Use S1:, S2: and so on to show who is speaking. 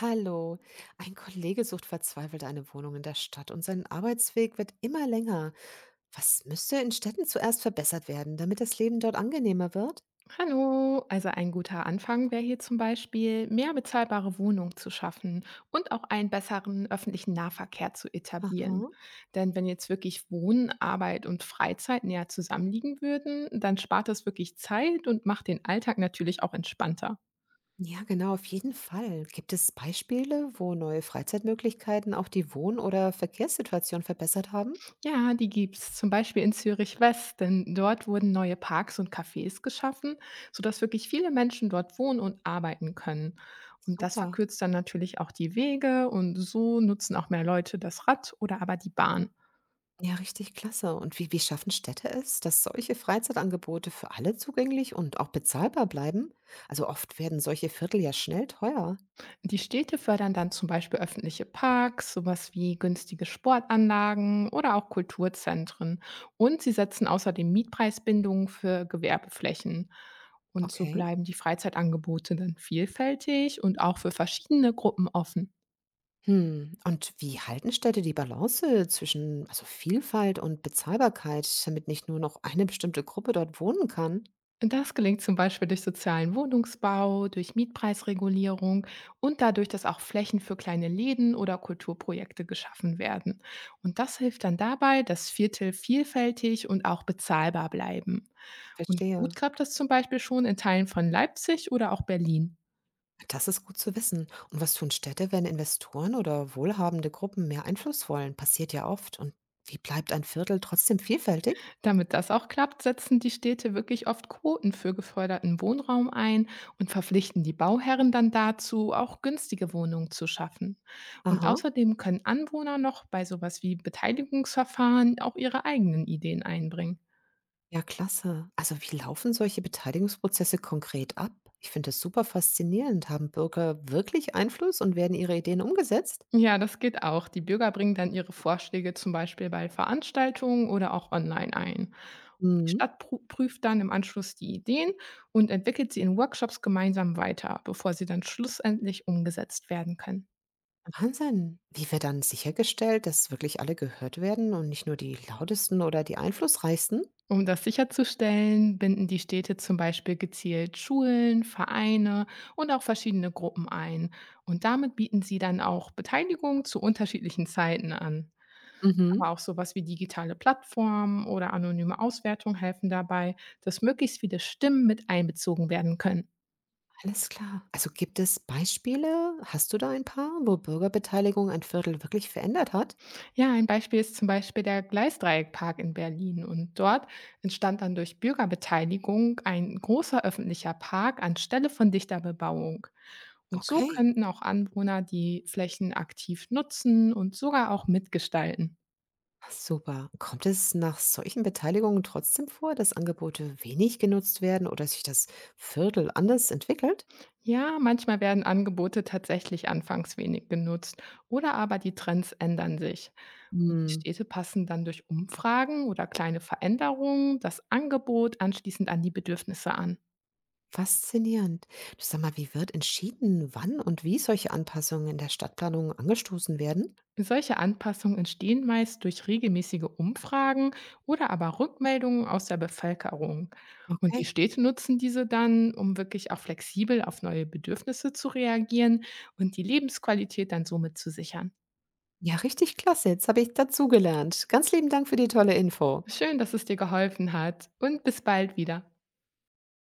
S1: Hallo. Ein Kollege sucht verzweifelt eine Wohnung in der Stadt und sein Arbeitsweg wird immer länger. Was müsste in Städten zuerst verbessert werden, damit das Leben dort angenehmer wird?
S2: Hallo, also ein guter Anfang wäre hier zum Beispiel, mehr bezahlbare Wohnungen zu schaffen und auch einen besseren öffentlichen Nahverkehr zu etablieren.
S1: Aha.
S2: Denn wenn jetzt wirklich Wohnen, Arbeit und Freizeit näher zusammenliegen würden, dann spart es wirklich Zeit und macht den Alltag natürlich auch entspannter.
S1: Ja, genau, auf jeden Fall. Gibt es Beispiele, wo neue Freizeitmöglichkeiten auch die Wohn- oder Verkehrssituation verbessert haben?
S2: Ja, die gibt's. Zum Beispiel in Zürich West, denn dort wurden neue Parks und Cafés geschaffen, sodass wirklich viele Menschen dort wohnen und arbeiten können. Und das
S1: Super.
S2: verkürzt dann natürlich auch die Wege und so nutzen auch mehr Leute das Rad oder aber die Bahn.
S1: Ja, richtig klasse. Und wie schaffen Städte es, dass solche Freizeitangebote für alle zugänglich und auch bezahlbar bleiben? Also oft werden solche Viertel ja schnell teuer.
S2: Die Städte fördern dann zum Beispiel öffentliche Parks, sowas wie günstige Sportanlagen oder auch Kulturzentren. Und sie setzen außerdem Mietpreisbindungen für Gewerbeflächen. Und so
S1: Okay.
S2: bleiben die Freizeitangebote dann vielfältig und auch für verschiedene Gruppen offen.
S1: Hm, und wie halten Städte die Balance zwischen also Vielfalt und Bezahlbarkeit, damit nicht nur noch eine bestimmte Gruppe dort wohnen kann?
S2: Das gelingt zum Beispiel durch sozialen Wohnungsbau, durch Mietpreisregulierung und dadurch, dass auch Flächen für kleine Läden oder Kulturprojekte geschaffen werden. Und das hilft dann dabei, dass Viertel vielfältig und auch bezahlbar bleiben. Und gut
S1: Verstehe.
S2: klappt das zum Beispiel schon in Teilen von Leipzig oder auch Berlin.
S1: Das ist gut zu wissen. Und was tun Städte, wenn Investoren oder wohlhabende Gruppen mehr Einfluss wollen? Passiert ja oft. Und wie bleibt ein Viertel trotzdem vielfältig?
S2: Damit das auch klappt, setzen die Städte wirklich oft Quoten für geförderten Wohnraum ein und verpflichten die Bauherren dann dazu, auch günstige Wohnungen zu schaffen. Und
S1: Aha.
S2: außerdem können Anwohner noch bei sowas wie Beteiligungsverfahren auch ihre eigenen Ideen einbringen.
S1: Ja, klasse. Also wie laufen solche Beteiligungsprozesse konkret ab? Ich finde das super faszinierend. Haben Bürger wirklich Einfluss und werden ihre Ideen umgesetzt?
S2: Ja, das geht auch. Die Bürger bringen dann ihre Vorschläge zum Beispiel bei Veranstaltungen oder auch online ein. Die
S1: Mhm.
S2: Stadt prüft dann im Anschluss die Ideen und entwickelt sie in Workshops gemeinsam weiter, bevor sie dann schlussendlich umgesetzt werden können.
S1: Wahnsinn. Wie wird dann sichergestellt, dass wirklich alle gehört werden und nicht nur die Lautesten oder die Einflussreichsten?
S2: Um das sicherzustellen, binden die Städte zum Beispiel gezielt Schulen, Vereine und auch verschiedene Gruppen ein. Und damit bieten sie dann auch Beteiligung zu unterschiedlichen Zeiten an.
S1: Mhm.
S2: Aber auch sowas wie digitale Plattformen oder anonyme Auswertung helfen dabei, dass möglichst viele Stimmen mit einbezogen werden können.
S1: Alles klar. Also gibt es Beispiele? Hast du da ein paar, wo Bürgerbeteiligung ein Viertel wirklich verändert hat?
S2: Ja, ein Beispiel ist zum Beispiel der Gleisdreieckpark in Berlin. Und dort entstand dann durch Bürgerbeteiligung ein großer öffentlicher Park anstelle von dichter Bebauung. Und so
S1: Okay.
S2: könnten auch Anwohner die Flächen aktiv nutzen und sogar auch mitgestalten.
S1: Super. Kommt es nach solchen Beteiligungen trotzdem vor, dass Angebote wenig genutzt werden oder sich das Viertel anders entwickelt?
S2: Ja, manchmal werden Angebote tatsächlich anfangs wenig genutzt oder aber die Trends ändern sich. Und die
S1: Hm.
S2: Städte passen dann durch Umfragen oder kleine Veränderungen das Angebot anschließend an die Bedürfnisse an.
S1: Faszinierend. Du sag mal, wie wird entschieden, wann und wie solche Anpassungen in der Stadtplanung angestoßen werden?
S2: Solche Anpassungen entstehen meist durch regelmäßige Umfragen oder aber Rückmeldungen aus der Bevölkerung. Und die
S1: Okay.
S2: Städte nutzen diese dann, um wirklich auch flexibel auf neue Bedürfnisse zu reagieren und die Lebensqualität dann somit zu sichern.
S1: Ja, richtig klasse. Jetzt habe ich dazugelernt. Ganz lieben Dank für die tolle Info.
S2: Schön, dass es dir geholfen hat und bis bald wieder.